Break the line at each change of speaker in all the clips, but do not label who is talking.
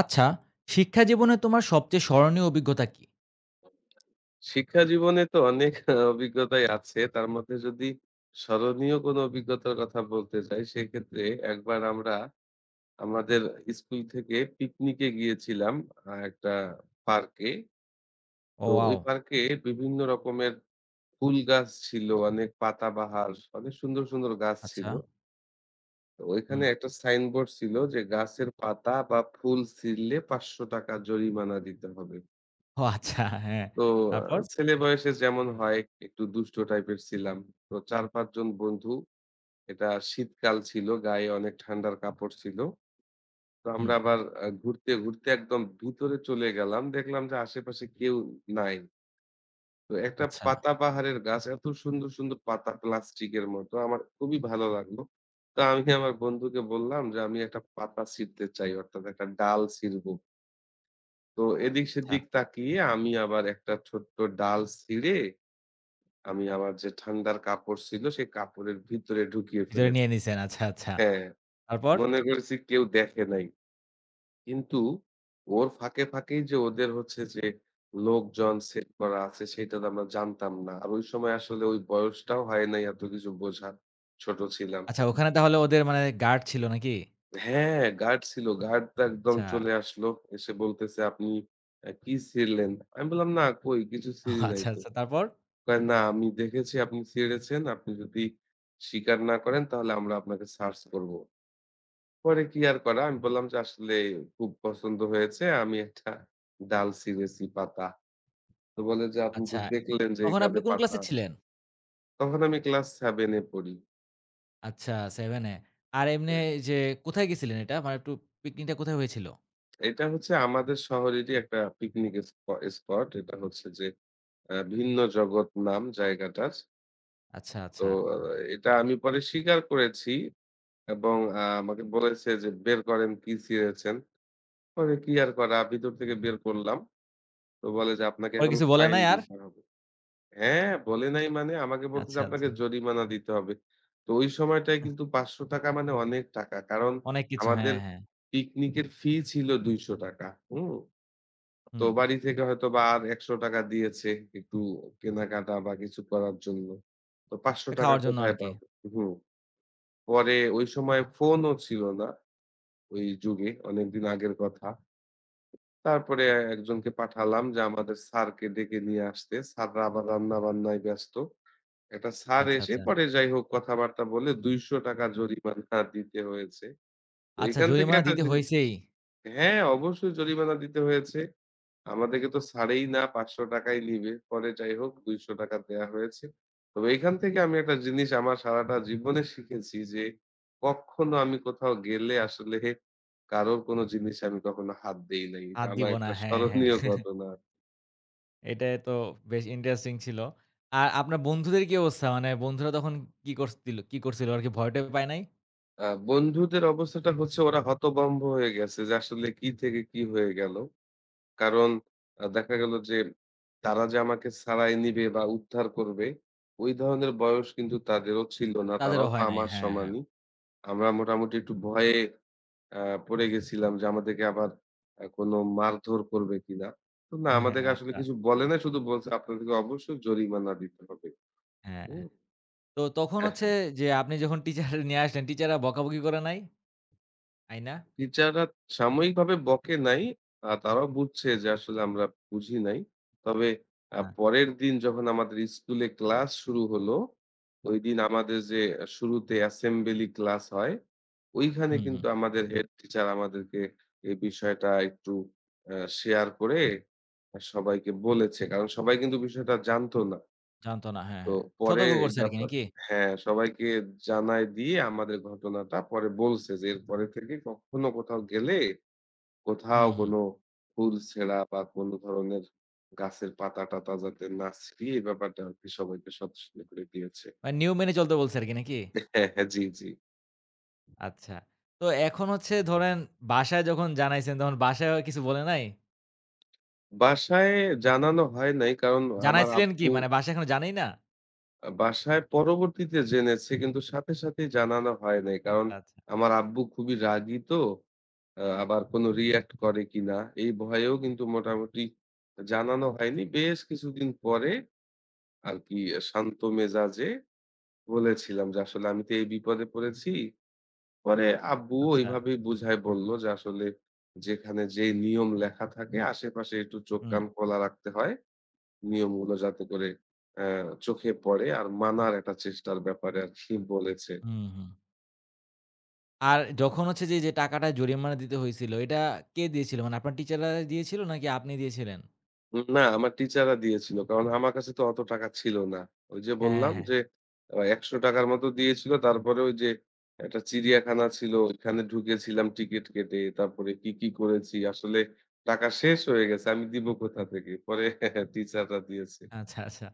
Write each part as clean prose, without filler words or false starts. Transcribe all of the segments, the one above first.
আচ্ছা, শিক্ষা জীবনে তোমার সবচেয়ে স্মরণীয় অভিজ্ঞতা কি?
শিক্ষা জীবনে তো অনেক অভিজ্ঞতাই আছে। তার মধ্যে যদি স্মরণীয় কোনো অভিজ্ঞতার কথা বলতে চাই, সেক্ষেত্রে একবার আমরা আমাদের স্কুল থেকে পিকনিকে গিয়েছিলাম একটা পার্কে।
ও
তো ওই
ওয়াও!
পার্কে বিভিন্ন রকমের ফুল গাছ ছিল, অনেক পাতাবাহার, অনেক সুন্দর, সুন্দর গাছ
আচ্ছা,
ছিল। তো ওইখানে
হুম।
একটা সাইনবোর্ড ছিল যে, গাছের পাতা বা ফুল ছিঁড়লে ৳৫০০ টাকা জরিমানা দিতে হবে।
ও আচ্ছা, হ্যাঁ।
তো আ
তারপর?
ছেলে বয়সে যেমন হয় একটু দুষ্ট টাইপের ছিলাম। তো ৪-৫ জন বন্ধু, এটা শীতকাল ছিল, গায়ে অনেক ঠান্ডার কাপড় ছিল। তো আমরা
হুম,
আবার ঘুরতে, ঘুরতে একদম ভিতরে চলে গেলাম। দেখলাম যে আশেপাশে কেউ নাই। তো একটা
আচ্ছা,
পাতাবাহারের গাছ, এত সুন্দর, সুন্দর পাতা প্লাস্টিকের মতো। আমার খুবই ভালো লাগলো। তো আমি আমার বন্ধুকে বললাম যে, "আমি একটা পাতা ছিঁড়তে চাই, অর্থাৎ একটা ডাল ছিঁড়বো।" তো এদিক
আচ্ছা।
সেদিক তাকিয়ে আমি আবার একটা ছোট্ট ডাল ছিঁড়ে আমি আমার যে ঠান্ডার কাপড় ছিল, সেই কাপড়ের ভিতরে ঢুকিয়ে
ভিতরে
ফেলেছি।
নিয়ে নিছেন। আচ্ছা, আচ্ছা।
হ্যাঁ,
তারপর?
মনে করেছি কেউ দেখে নাই। কিন্তু ওর ফাঁকে, ফাঁকেই যে ওদের হচ্ছে যে লোকজন সেট করা আছে, সেটা তো আমরা জানতাম না। আর ওই সময় আসলে ওই বয়সটাও হয় নাই এত কিছু বোঝার। ছোট ছিলাম।
আচ্ছা, ওখানে তাহলে ওদের মানে গার্ড ছিল নাকি?
হ্যাঁ, গার্ড ছিল। গার্ড তো একদম
আচ্ছা।
চলে আসলো। এসে বলতেছে, "আপনি কি ছিঁড়লেন?" আমি বললাম, "না, কই কিছু
ও
ছিঁড়ি নাই
আচ্ছা,
তো।"
আচ্ছা। তারপর?
কয়, "না, আমি দেখেছি আপনি ছেড়েছেন। আপনি যদি স্বীকার না করেন তাহলে আমরা আপনাকে সার্চ করব।" পরে কি আর করা? আমি বললাম যে, "আসলে খুব পছন্দ হয়েছে। আমি একটা ডাল ছিঁড়েছি পাতা।" তো বলে যে, "আপনি তো
আচ্ছা,
দেখলেন যে
তখন
এখানে
আপনি কোন
পাতা।"
ক্লাসে ছিলেন?
তখন আমি ক্লাস ৭ এ পড়ি।
আচ্ছা, 7 এ। আর এমনে
হ্যাঁ,
যে কোথায় গেছিলেন এটা? মানে একটু পিকনিকটা কোথায় হয়েছিল?
এটা হচ্ছে আমাদের শহরেরই একটা পিকনিক স্প স্পট। এটা হচ্ছে যে ভিন্ন জগৎ নাম জায়গাটার।
আচ্ছা,
তো
আচ্ছা।
আ এটা আমি পরে স্বীকার করেছি এবং আমাকে বলেছে যে, "বের করেন কি ছিঁড়েছেন?" পরে কি আর করা? ভিতর থেকে বের করলাম। তো বলে যে, "আপনাকে
পরে
এখন
কিছু বলে
ফাইন
নাই আর?
দিতে হবে।" হ্যাঁ, বলে নাই মানে আমাকে বলতেছে,
আচ্ছা,
"আপনাকে
আচ্ছা।
জরিমানা দিতে হবে।" তো ওই সময়টায় কিন্তু ৳৫০০ টাকা মানে অনেক টাকা। কারণ
অনেক কিছু।
আমাদের
হ্যাঁ, হ্যাঁ।
পিকনিকের ফি ছিল ৳২০০ টাকা। হুম? তো
হুম।
বাড়ি থেকে হয়তোবা আর ৳১০০ টাকা দিয়েছে একটু কেনাকাটা বা কিছু করার জন্য। তো ৳৫০০ টাকা
খাওয়ার জন্য
কোথায়
আরকি।
পাবো? হুম। পরে ওই সময় ফোনও ছিল না ওই যুগে, অনেকদিন আগের কথা। তারপরে একজনকে পাঠালাম যে আমাদের স্যারকে ডেকে নিয়ে আসতে। স্যাররা আবার রান্না-বান্নায় ব্যস্ত। একটা স্যার
আচ্ছা,
এসে
আচ্ছা।
পরে যাই হোক কথাবার্তা বলে ৳২০০ টাকা জরিমানা দিতে হয়েছে। তো
আচ্ছা,
এখান থেকে
জরিমানা
একটা
দিতে
জিনিস।
হইছেই।
হ্যাঁ, অবশ্যই জরিমানা দিতে হয়েছে। আমাদেরকে তো ছাড়েই না, ৳৫০০ টাকা নিবে। পরে যাই হোক ৳২০০ টাকা দেয়া হয়েছে। তবে এখান থেকে আমি একটা জিনিস আমার সারাটা জীবনে শিখেছি যে, কখনো আমি কোথাও গেলে আসলে কারোর কোনো জিনিসে আমি কখনো হাত দেই নাই। এটা
হাত
আমার
দিব না।
একটা
হ্যাঁ, হ্যাঁ।
স্মরণীয় ঘটনা।
এটাই তো বেশ ইন্টারেস্টিং ছিল। আর আপনার বন্ধুদের কি অবস্থা? মানে বন্ধুরা তখন কি করছিল আরকি ভয় টয় পায় নাই?
বন্ধুদের অবস্থাটা হচ্ছে ওরা হতভম্ব হয়ে গেছে যে আসলে কি থেকে কি হয়ে গেল। কারণ দেখা গেল যে তারা যে আমাকে ছাড়াই নিবে বা উদ্ধার করবে, ওই ধরনের বয়স কিন্তু তাদেরও ছিল না।
তাদেরও
তারাও তো
হয় নাই।
আমার
হ্যাঁ, হ্যাঁ।
সমানই। আমরা মোটামুটি একটু ভয়ে আ পড়ে গেছিলাম যে আমাদেরকে আবার কোনো মারধর করবে কিনা। তো না,
হ্যাঁ, হ্যাঁ।
আমাদেরকে আসলে
আচ্ছা।
কিছু বলে নাই। শুধু বলছে আপনাদেরকে অবশ্যই জরিমানা দিতে হবে।
হ্যাঁ, হ্যাঁ।
হুম?
তো তখন হচ্ছে যে আপনি যখন টিচার নিয়ে আসলেন, টিচাররা বকাবকি করে নাই? আইনা?
টিচাররা সাময়িকভাবে বকে নাই। তারাও বুঝছে যে আসলে আমরা বুঝি নাই। তবে
হ্যাঁ।
পরের দিন যখন আমাদের স্কুলে ক্লাস শুরু হলো, ঐদিন আমাদের যে শুরুতে অ্যাসেম্বলি ক্লাস হয়, ঐখানে
হুম, হুম।
কিন্তু আমাদের হেড টিচার আমাদেরকে এই বিষয়টা একটু আ শেয়ার করে সবাইকে বলেছে। কারণ সবাই কিন্তু বিষয়টা জানতো না।
জানতো না। হ্যাঁ,
তো
হ্যাঁ।
পরে
সতর্ক
এই
করছে আরকি
ব্যাপার
নাকি?
হ্যাঁ, সবাইকে জানায় দিয়ে আমাদের ঘটনাটা পরে বলছে যে, এরপরে থেকে কখনো কোথাও গেলে কোথাও
হুম, হুম।
কোনো ফুল ছেঁড়া বা কোনো ধরনের গাছের পাতা-টাতা যাতে না ছিঁড়ি এই ব্যাপারটা আরকি সবাইকে সচেতন করে দিয়েছে।
মানে নিয়ম মেনে চলতে বলছে আরকি নাকি?
হ্যাঁ, হ্যাঁ, জি, জি।
আচ্ছা। তো এখন হচ্ছে ধরেন বাসায় যখন জানাইছেন তখন বাসায়ও কিছু বলে নাই?
বাসায় জানানো হয় নাই কারণ আমার
জানাইছিলেন কি?
আব্বু
মানে বাসা এখনো জানেই না?
বাসায় পরবর্তীতে জেনেছে কিন্তু সাথে, সাথেই জানানো হয় নাই। কারণ
আচ্ছা, আচ্ছা,
আমার আব্বু খুবই রাগী তো। আবার কোনো রিঅ্যাক্ট করে কিনা এই ভয়েও কিন্তু মোটামুটি জানানো হয়নি। বেশ কিছুদিন পরে আরকি শান্ত মেজাজে বলেছিলাম যে, "আসলে আমি তো এই বিপদে পড়েছি।" পরে আব্বুও
আচ্ছা।
ওইভাবেই বুঝায় বলল যে, "আসলে যেখানে যেই নিয়ম লেখা থাকে আশেপাশে একটু চোখ
হুম,
কান খোলা রাখতে হয়। নিয়মগুলো যাতে করে অ্যা চোখে পড়ে।" আর মানার একটা চেষ্টার ব্যাপারে আরকি বলেছে।
হুম। আর যখন হচ্ছে যে, যে টাকাটা জরিমানা দিতে হইছিল, এটা কে দিয়েছিল? মানে আপনার টিচাররা দিয়েছিল নাকি আপনি দিয়েছিলেন?
না, আমার টিচাররা দিয়েছিল। কারণ আমার কাছে তো অত টাকা ছিল না। ওই যে
হ্যাঁ,
বললাম
হ্যাঁ।
যে ৳১০০ টাকা র মতো দিয়েছিল। তারপরে ওই যে একটা চিড়িয়াখানা ছিল, ওইখানে ঢুকেছিলাম টিকিট কেটে। তারপরে কি, কি করেছি। আসলে টাকা শেষ হয়ে গেছে। আমি দিব কোথা থেকে? পরে টিচাররা দিয়েছে।
আচ্ছা, আচ্ছা।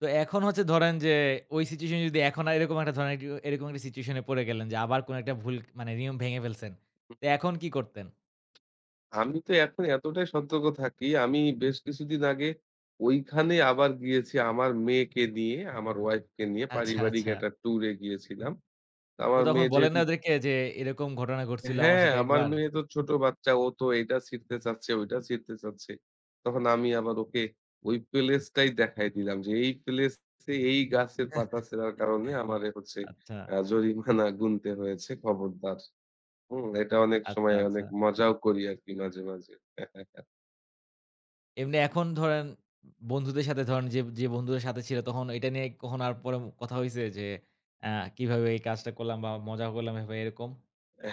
তো এখন হচ্ছে ধরেন যে ওই সিচুয়েশন যদি এখন আর এরকম একটা ধরেন একটু এরকম একটা সিচুয়েশন এ পড়ে গেলেন যে আবার কোন একটা ভুল মানে নিয়ম ভেঙে ফেলছেন। তো এখন কি করতেন?
আমি তো এখন এতটাই সতর্ক থাকি। আমি বেশ কিছুদিন আগে ওইখানে আবার গিয়েছি আমার মেয়েকে নিয়ে, আমার ওয়াইফ কে নিয়ে
আচ্ছা,
পারিবারিক
আচ্ছা।
একটা ট্যুরে গিয়েছিলাম। তো
তো
আমার
তখন
মেয়ে
বলেন
যেহেতু
না ওদেরকে যে, "এরকম ঘটনা ঘটছিল আমার
হ্যাঁ,
সাথে
আমার
একবার?"
মেয়ে তো ছোট বাচ্চা। ও তো এইটা ছিঁড়তে চাচ্ছে, ওইটা ছিঁড়তে চাচ্ছে। তখন আমি আবার ওকে ওই প্লেসটাই দেখায় দিলাম যে, এই প্লেসে এই গাছের পাতা ছেঁড়ার কারণে আমারে হচ্ছে
আচ্ছা,
জরিমানা গুনতে হয়েছে। খবরদার। হুম? এটা অনেক
আচ্ছা,
সময়
আচ্ছা।
অনেক মজাও করি আরকি মাঝে, মাঝে।
এমনি এখন ধরেন বন্ধুদের সাথে ধরেন যে, যে বন্ধুদের সাথে ছিল তখন এটা নিয়ে কখনো আর পরে কথা হইছে যে আ কিভাবে এই কাজটা করলাম বা মজা করলাম এভাবে এরকম?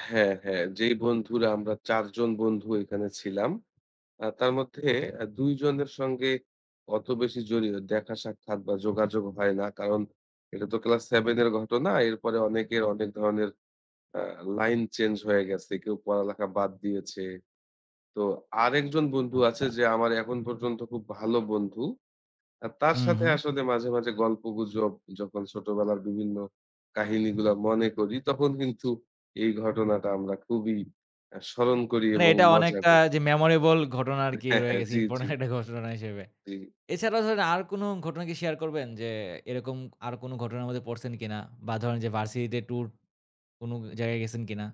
হ্যাঁ, হ্যাঁ। যেই বন্ধুরা আমরা ৪ জন বন্ধু এখানে ছিলাম। তার মধ্যে ২ জনের সঙ্গে অত বেশি জড়িয়ে দেখা সাক্ষাৎ বা যোগাযোগ হয় না। কারণ এটা তো ক্লাস ৭ এর ঘটনা। এরপরে অনেকের অনেক ধরনের আ লাইন চেঞ্জ হয়ে গেছে। কেউ পড়ালেখা বাদ দিয়েছে। তো আরেকজন বন্ধু আছে
আচ্ছা।
যে আমার এখন পর্যন্ত খুব ভালো বন্ধু। আর তার
হুম,
সাথে
হুম।
আসলে মাঝে, মাঝে গল্পগুজব যখন ছোটবেলার বিভিন্ন কাহিনীগুলা মনে করি তখন কিন্তু এই ঘটনাটা আমরা খুবই স্মরণ করি
মানে
এবং
এটা
মজা
অনেকটা
করি।
যে মেমোরেবল ঘটনা আরকি
হ্যাঁ,
রয়ে
হ্যাঁ।
গেছে
জি, জি,
ইম্পোর্টেন্ট একটা ঘটনা হিসেবে।
জি।
এছাড়াও ধরেন আর কোন ঘটনা কি শেয়ার করবেন যে এরকম আর কোন ঘটনার মধ্যে পড়ছেন কিনা? বা ধরেন যে ভার্সিটিতে ট্যুর কোন জায়গায় গেছেন কিনা?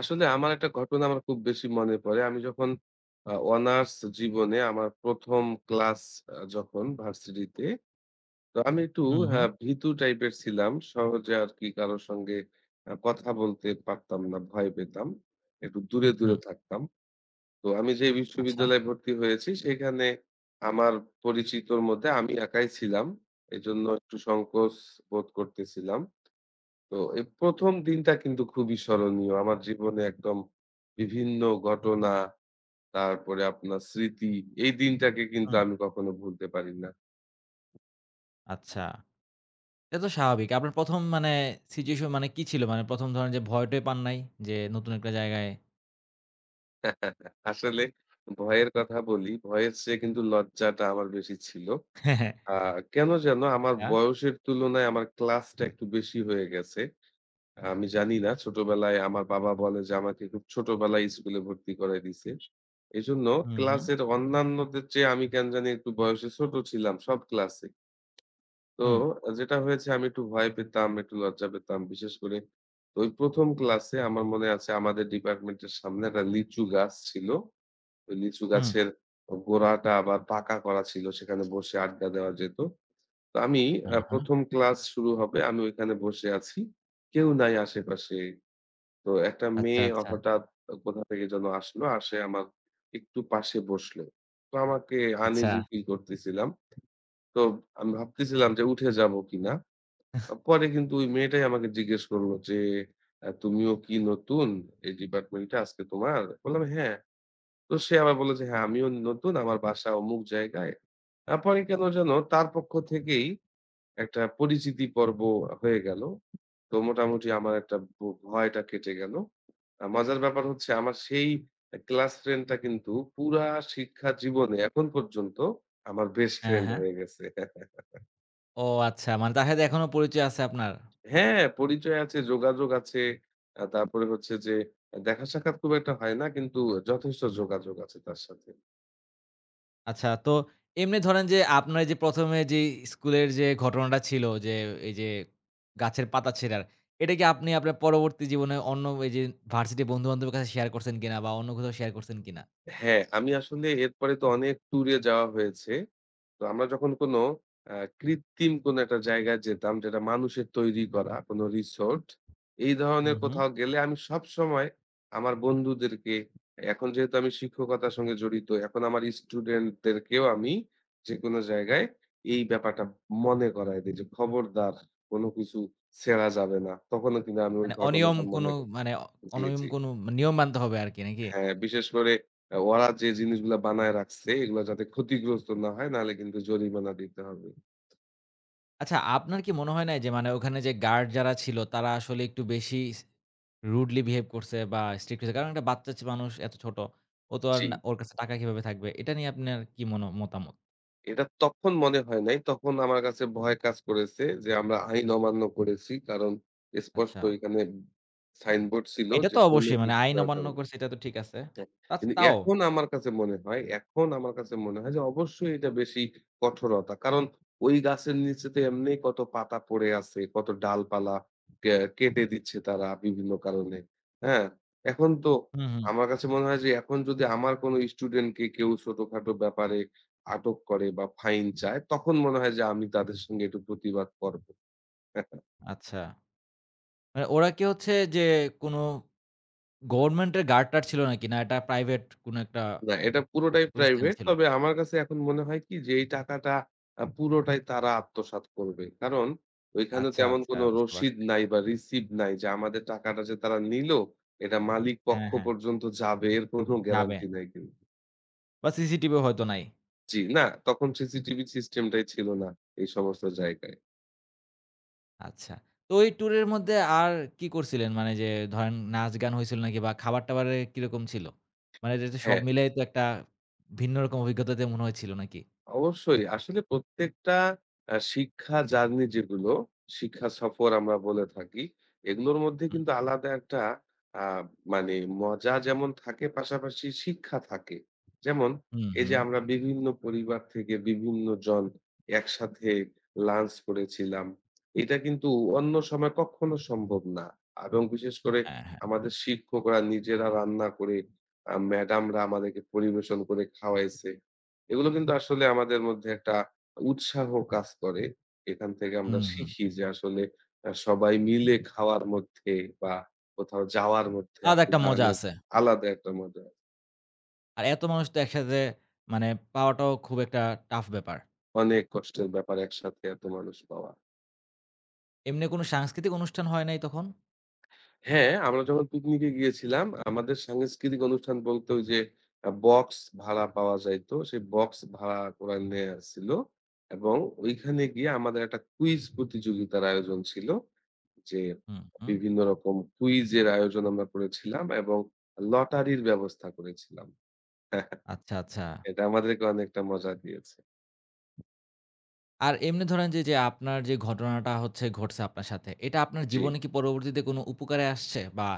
আসলে আমার একটা ঘটনা আমার খুব বেশি মনে পড়ে। আমি যখন অনার্স জীবনে আমার ১ম ক্লাস যখন ভার্সিটিতে, তো আমি একটু
হুম, হুম,
হ্যাঁ, ভীতু টাইপের ছিলাম। সহজে আরকি কারো সঙ্গে কথা বলতে পারতাম না, ভয় পেতাম। একটু দূরে, দূরে
হুম।
থাকতাম। তো আমি যে
আচ্ছা,
বিশ্ববিদ্যালয়ে ভর্তি হয়েছি সেখানে আমার পরিচিতর মধ্যে আমি একাই ছিলাম। এজন্য একটু সংকোচ বোধ করতেছিলাম। তো এই ১ম দিনটা কিন্তু খুবই স্মরণীয়। আমার জীবনে একদম বিভিন্ন ঘটনা, তারপরে আপনার স্মৃতি, এই দিনটাকে কিন্তু
হুম।
আমি কখনো ভুলতে পারি না।
আচ্ছা। এটা তো স্বাভাবিক। আপনার ১ম মানে সিচুয়েশন মানে কি ছিল? মানে ১ম ধরেন যে ভয় টয় পান নাই? যে নতুন একটা জায়গায়
আসলে ভয়ের কথা বলি, ভয়ের চেয়ে কিন্তু লজ্জাটা আমার বেশি ছিল। আ কেন যেন আমার
হ্যাঁ?
বয়সের তুলনায় আমার ক্লাসটা একটু বেশি হয়ে গেছে। আমি জানি না। ছোটবেলায় আমার বাবা বলে যে আমাকে খুব ছোটবেলায় স্কুলে ভর্তি করায় দিছে। এজন্য
হুম, হুম,
ক্লাসের অন্যান্যদের চেয়ে আমি কেন জানি একটু বয়সে ছোট ছিলাম সব ক্লাসে। তো
হুম,
যেটা হয়েছে আমি একটু ভয় পেতাম, একটু লজ্জা পেতাম। বিশেষ করে তো ওই ১ম ক্লাসে আমার মনে আছে আমাদের ডিপার্টমেন্টের সামনে একটা লিচু গাছ ছিল। ওই লিচু
হুম।
গাছের গোড়াটা আবার পাকা করা ছিল। সেখানে বসে আড্ডা দেওয়া যেত। তো আমি
আ হা।
১ম ক্লাস শুরু হবে। আমি ওইখানে বসে আছি। কেউ নাই আশেপাশে। তো একটা
আচ্ছা,
মেয়ে
আচ্ছা,
হঠাৎ কোথা থেকে যেন আসলো। আসে আমার একটু পাশে বসলো। তো আমাকে
আচ্ছা।
আনইজি ফিল করতেছিলাম। তো আমি ভাবতেছিলাম যে উঠে যাবো কিনা। পরে কিন্তু ওই মেয়েটাই আমাকে জিজ্ঞেস করলো যে, তুমিও কি নতুন এই ডিপার্টমেন্টে আজকে তোমার?" বললাম, "হ্যাঁ।" তো সে আবার বলল যে, "হ্যাঁ, আমিও নতুন। আমার বাসা অমুক জায়গায়।" পরে কেন যেন তার পক্ষ থেকেই একটা পরিচিতি পর্ব হয়ে গেল। তো মোটামুটি আমার একটা ভয়টা কেটে গেল। মজার ব্যাপার হচ্ছে আমার সেই ক্লাস ফ্রেন্ডটা কিন্তু পুরা শিক্ষা জীবনে এখন পর্যন্ত আমার বেস্ট
হ্যাঁ,
ফ্রেন্ড
হ্যাঁ।
হয়ে গেছে।
ও আচ্ছা। মানে তার সাথে এখনো পরিচয় আছে আপনার।
হ্যাঁ, পরিচয় আছে, যোগাযোগ আছে। তারপরে হচ্ছে যে দেখা সাক্ষাৎ খুব একটা হয় না কিন্তু যথেষ্ট যোগাযোগ আছে তার সাথে।
আচ্ছা তো এমনি ধরেন যে আপনার এই যে ১ম এ যে স্কুলের যে ঘটনাটা ছিল যে এই যে গাছের পাতা ছিঁড়ার, এটা কি আপনি আপনার পরবর্তী জীবনে অন্য এই যে ভার্সিটির বন্ধু-বান্ধবের কাছে শেয়ার করছেন কিনা বা অন্য কোথাও শেয়ার করছেন কিনা?
হ্যাঁ, আমি আসলে এরপরে তো অনেক ট্যুরে যাওয়া হয়েছে। তো আমরা যখন কোনো আ কৃত্রিম কোনো একটা জায়গায় যেতাম যেটা মানুষের তৈরি করা কোনো রিসোর্ট, এই ধরনের
হুম, হুম।
কোথাও গেলে আমি সবসময় আমার বন্ধুদেরকে এখন যেহেতু আমি শিক্ষকতার সঙ্গে জড়িত, এখন আমার স্টুডেন্টদেরকেও আমি যেকোনো জায়গায় এই ব্যাপারটা মনে করায় দেই যে, "খবরদার! কোনো কিছু ছেড়া যাবে না।" তখনও কিন্তু আমি ওই
মানে অনিয়ম
ঘটনাটা মনে
কোনো
করি।
মানে অ
জি,
অনিয়ম
জি।
কোনো নিয়ম মানতে হবে আরকি নাকি?
হ্যাঁ, বিশেষ করে ওরা যে জিনিসগুলা বানায় রাখছে এগুলা যাতে ক্ষতিগ্রস্ত না হয় নাহলে কিন্তু জরিমানা দিতে হবে।
আচ্ছা আপনার কি মনে হয় না যে মানে ওখানে যে গার্ড যারা ছিল তারা আসলে একটু বেশি রুডলি বিহেভ করছে বা স্ট্রিক্ট হয়েছে? কারণ একটা বাচ্চা ছে মানুষ এত ছোট। ও তো আর
জি।
না ওর কাছে টাকা কিভাবে থাকবে? এটা নিয়ে আপনার কি মতামত?
এটা তখন মনে হয় নাই। তখন আমার কাছে ভয় কাজ করেছে যে আমরা আইন অমান্য করেছি। কারণ স্পষ্ট
আচ্ছা।
এখানে সাইনবোর্ড ছিল
এটা
যে
তো
কোন
অবশ্যই মানে
কিছু
আইন
করা
অমান্য
যাবে না।
করছে এটা তো ঠিক আছে।
হ্যাঁ, কিন্তু
তাও
এখন আমার কাছে মনে হয় এখন আমার কাছে মনে হয় যে অবশ্যই এটা বেশি কঠোরতা। কারণ ওই গাছের নিচে তো এমনি কত পাতা পড়ে আছে, কত ডালপালা কে কেটে দিচ্ছে তারা বিভিন্ন কারণে। হ্যাঁ? এখন তো
হুম, হুম।
আমার কাছে মনে হয় যে এখন যদি আমার কোনো স্টুডেন্টকে কেউ ছোটখাটো ব্যাপারে আটক করে বা ফাইন চায়, তখন মনে হয় যে আমি তাদের সঙ্গে একটু প্রতিবাদ করব।
আচ্ছা। মানে ওরা কি হচ্ছে যে কোনো গভর্নমেন্টের গার্ড-টার্ড ছিল নাকি? না এটা প্রাইভেট কোনো একটা
না, এটা পুরোটাই
প্রতিষ্ঠান
প্রাইভেট।
ছিল?
তবে আমার কাছে এখন মনে হয় কি যে এই টাকাটা পুরোটাই তারা আত্মসাৎ করবে। কারণ ওইখানে
আচ্ছা,
তেমন
আচ্ছা
কোনো
বুঝতে
রসিদ
পারছি।
নাই বা রিসিভ নাই যে আমাদের টাকাটা যে তারা নিল এটা মালিক পক্ষ
হ্যাঁ, হ্যাঁ,
পর্যন্ত যাবে এর কোনো
যাবে।
গ্যারান্টি নাই কিন্তু।
বা সিসিটিভি হয়তো নাই।
জি, না তখন সিসিটিভি সিস্টেমটাই ছিল না এই সমস্ত জায়গায়।
আচ্ছা। তো ওই ট্যুরের মধ্যে আর কি করছিলেন? মানে যে ধরেন নাচ-গান হইছিল নাকি বা খাবার-টাবারে কিরকম ছিল? মানে এটা তো সব
হ্যাঁ।
মিলাই তো একটা ভিন্ন রকম অভিজ্ঞতাতে মনে হয়েছিল নাকি?
অবশ্যই। আসলে প্রত্যেকটা শিক্ষা জার্নি যেগুলো, শিক্ষা সফর আমরা বলে থাকি, এগুলোর মধ্যে
হুম,
কিন্তু আলাদা একটা আ মানে মজা যেমন থাকে পাশাপাশি শিক্ষা থাকে। যেমন
হুম,
এই যে
হুম।
আমরা বিভিন্ন পরিবার থেকে বিভিন্ন জন একসাথে লাঞ্চ করেছিলাম। এটা কিন্তু অন্য সময় কখনো সম্ভব না। এবং বিশেষ করে
হ্যাঁ, হ্যাঁ।
আমাদের শিক্ষকরা নিজেরা রান্না করে ম্যাডামরা আমাদেরকে পরিবেশন করে খাওয়াইছে। এগুলো কিন্তু আসলে আমাদের মধ্যে একটা উৎসাহ কাজ করে। এখান থেকে আমরা
হুম, হুম।
শিখি যে আসলে সবাই মিলে খাওয়ার মধ্যে বা কোথাও যাওয়ার মধ্যে
আলাদা
আপনি
একটা মজা
গানের
আছে।
আলাদা একটা মজা। আছে।
আর এত মানুষ তো একসাথে মানে পাওয়াটাও খুব একটা টাফ ব্যাপার।
অনেক কষ্টের ব্যাপার একসাথে এত মানুষ পাওয়া।
এমনি কোনো সাংস্কৃতিক অনুষ্ঠান হয় নাই তখন?
হ্যাঁ, আমরা যখন পিকনিকে গিয়েছিলাম আমাদের সাংস্কৃতিক অনুষ্ঠান বলতে ওই যে বক্স ভাড়া পাওয়া যাইতো। সেই বক্স ভাড়া ওরা নিয়ে আসছিল এবং ওইখানে গিয়ে আমাদের একটা কুইজ প্রতিযোগিতার আয়োজন ছিল। যে
হুম, হুম।
বিভিন্ন রকম কুইজের আয়োজন আমরা করেছিলাম এবং লটারির ব্যবস্থা করেছিলাম।
আচ্ছা, আচ্ছা।
এটা আমাদেরকে অনেকটা মজা দিয়েছে।
আর এমনি ধরেন যে, যে আপনার যে ঘটনাটা হচ্ছে ঘটছে আপনার সাথে, এটা আপনার
জি।
জীবনে কি পরবর্তীতে কোনো উপকারে আসছে? বা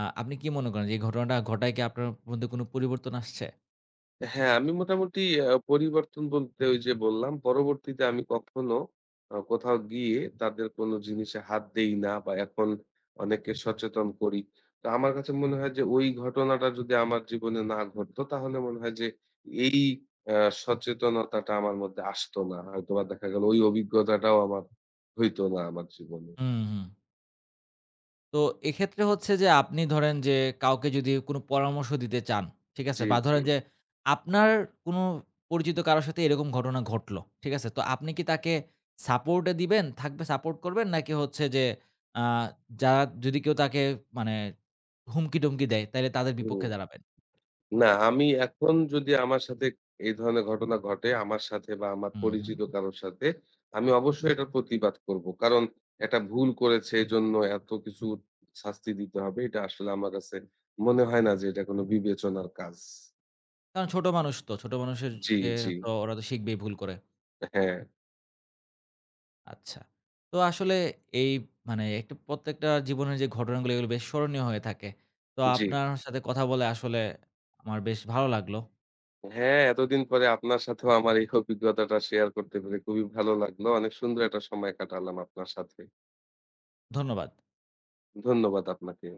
আপনি কি মনে করেন যে এই ঘটনাটা ঘটায় কি আপনার মধ্যে কোনো পরিবর্তন আসছে?
হ্যাঁ, আমি মোটামুটি পরিবর্তন বলতে ওই যে বললাম, পরবর্তীতে আমি কখনো কোথাও গিয়ে তাদের কোনো জিনিসে হাত দেই না বা এখন অনেককে সচেতন করি। তো আমার কাছে মনে হয় যে ওই ঘটনাটা যদি আমার জীবনে না ঘটতো তাহলে মনে হয় যে এই আ সচেতনতাটা আমার মধ্যে আসতো না। হয়তোবা দেখা গেল ওই অভিজ্ঞতাটাও আমার হইতো না আমার জীবনে।
হুম, হুম। তো এক্ষেত্রে হচ্ছে যে আপনি ধরেন যে কাউকে যদি কোনো পরামর্শ দিতে চান, ঠিক আছে?
জি,
বা
জি।
ধরেন যে আপনার কোনো পরিচিত কারো সাথে এরকম ঘটনা ঘটলো, ঠিক আছে? তো আপনি কি তাকে সাপোর্ট এ দিবেন, থাকবে সাপোর্ট করবেন নাকি হচ্ছে যে আ যারা যদি কেউ তাকে মানে হুমকি-টুমকি দেয় তাইলে তাদের
হুম।
বিপক্ষে দাঁড়াবেন?
না, আমি এখন যদি আমার সাথে এই ধরনের ঘটনা ঘটে, আমার সাথে বা আমার
হুম, হুম।
পরিচিত কারো সাথে, আমি অবশ্যই এটার প্রতিবাদ করব। কারণ এটা ভুল করেছে এজন্য এত কিছু শাস্তি দিতে হবে। এটা আসলে আমার কাছে মনে হয় না যে এটা কোন বিবেচনার কাজ।
কারণ ছোট মানুষ তো, ছোট মানুষের
জি,
কে
জি।
তো ওরা তো শিখবেই ভুল করে।
হ্যাঁ,
আচ্ছা। তো আসলে এই মানে একটু প্রত্যেকটা জীবনের যে ঘটনাগুলো এগুলো বেশ স্মরণীয় হয়ে থাকে। তো
জি।
আপনার সাথে কথা বলে আসলে আমার বেশ ভালো লাগলো।
হ্যাঁ, এতদিন পরে আপনার সাথেও আমার এই অভিজ্ঞতাটা শেয়ার করতে পেরে খুবই ভালো লাগলো। অনেক সুন্দর একটা সময় কাটালাম আপনার সাথে।
ধন্যবাদ।
ধন্যবাদ আপনাকে।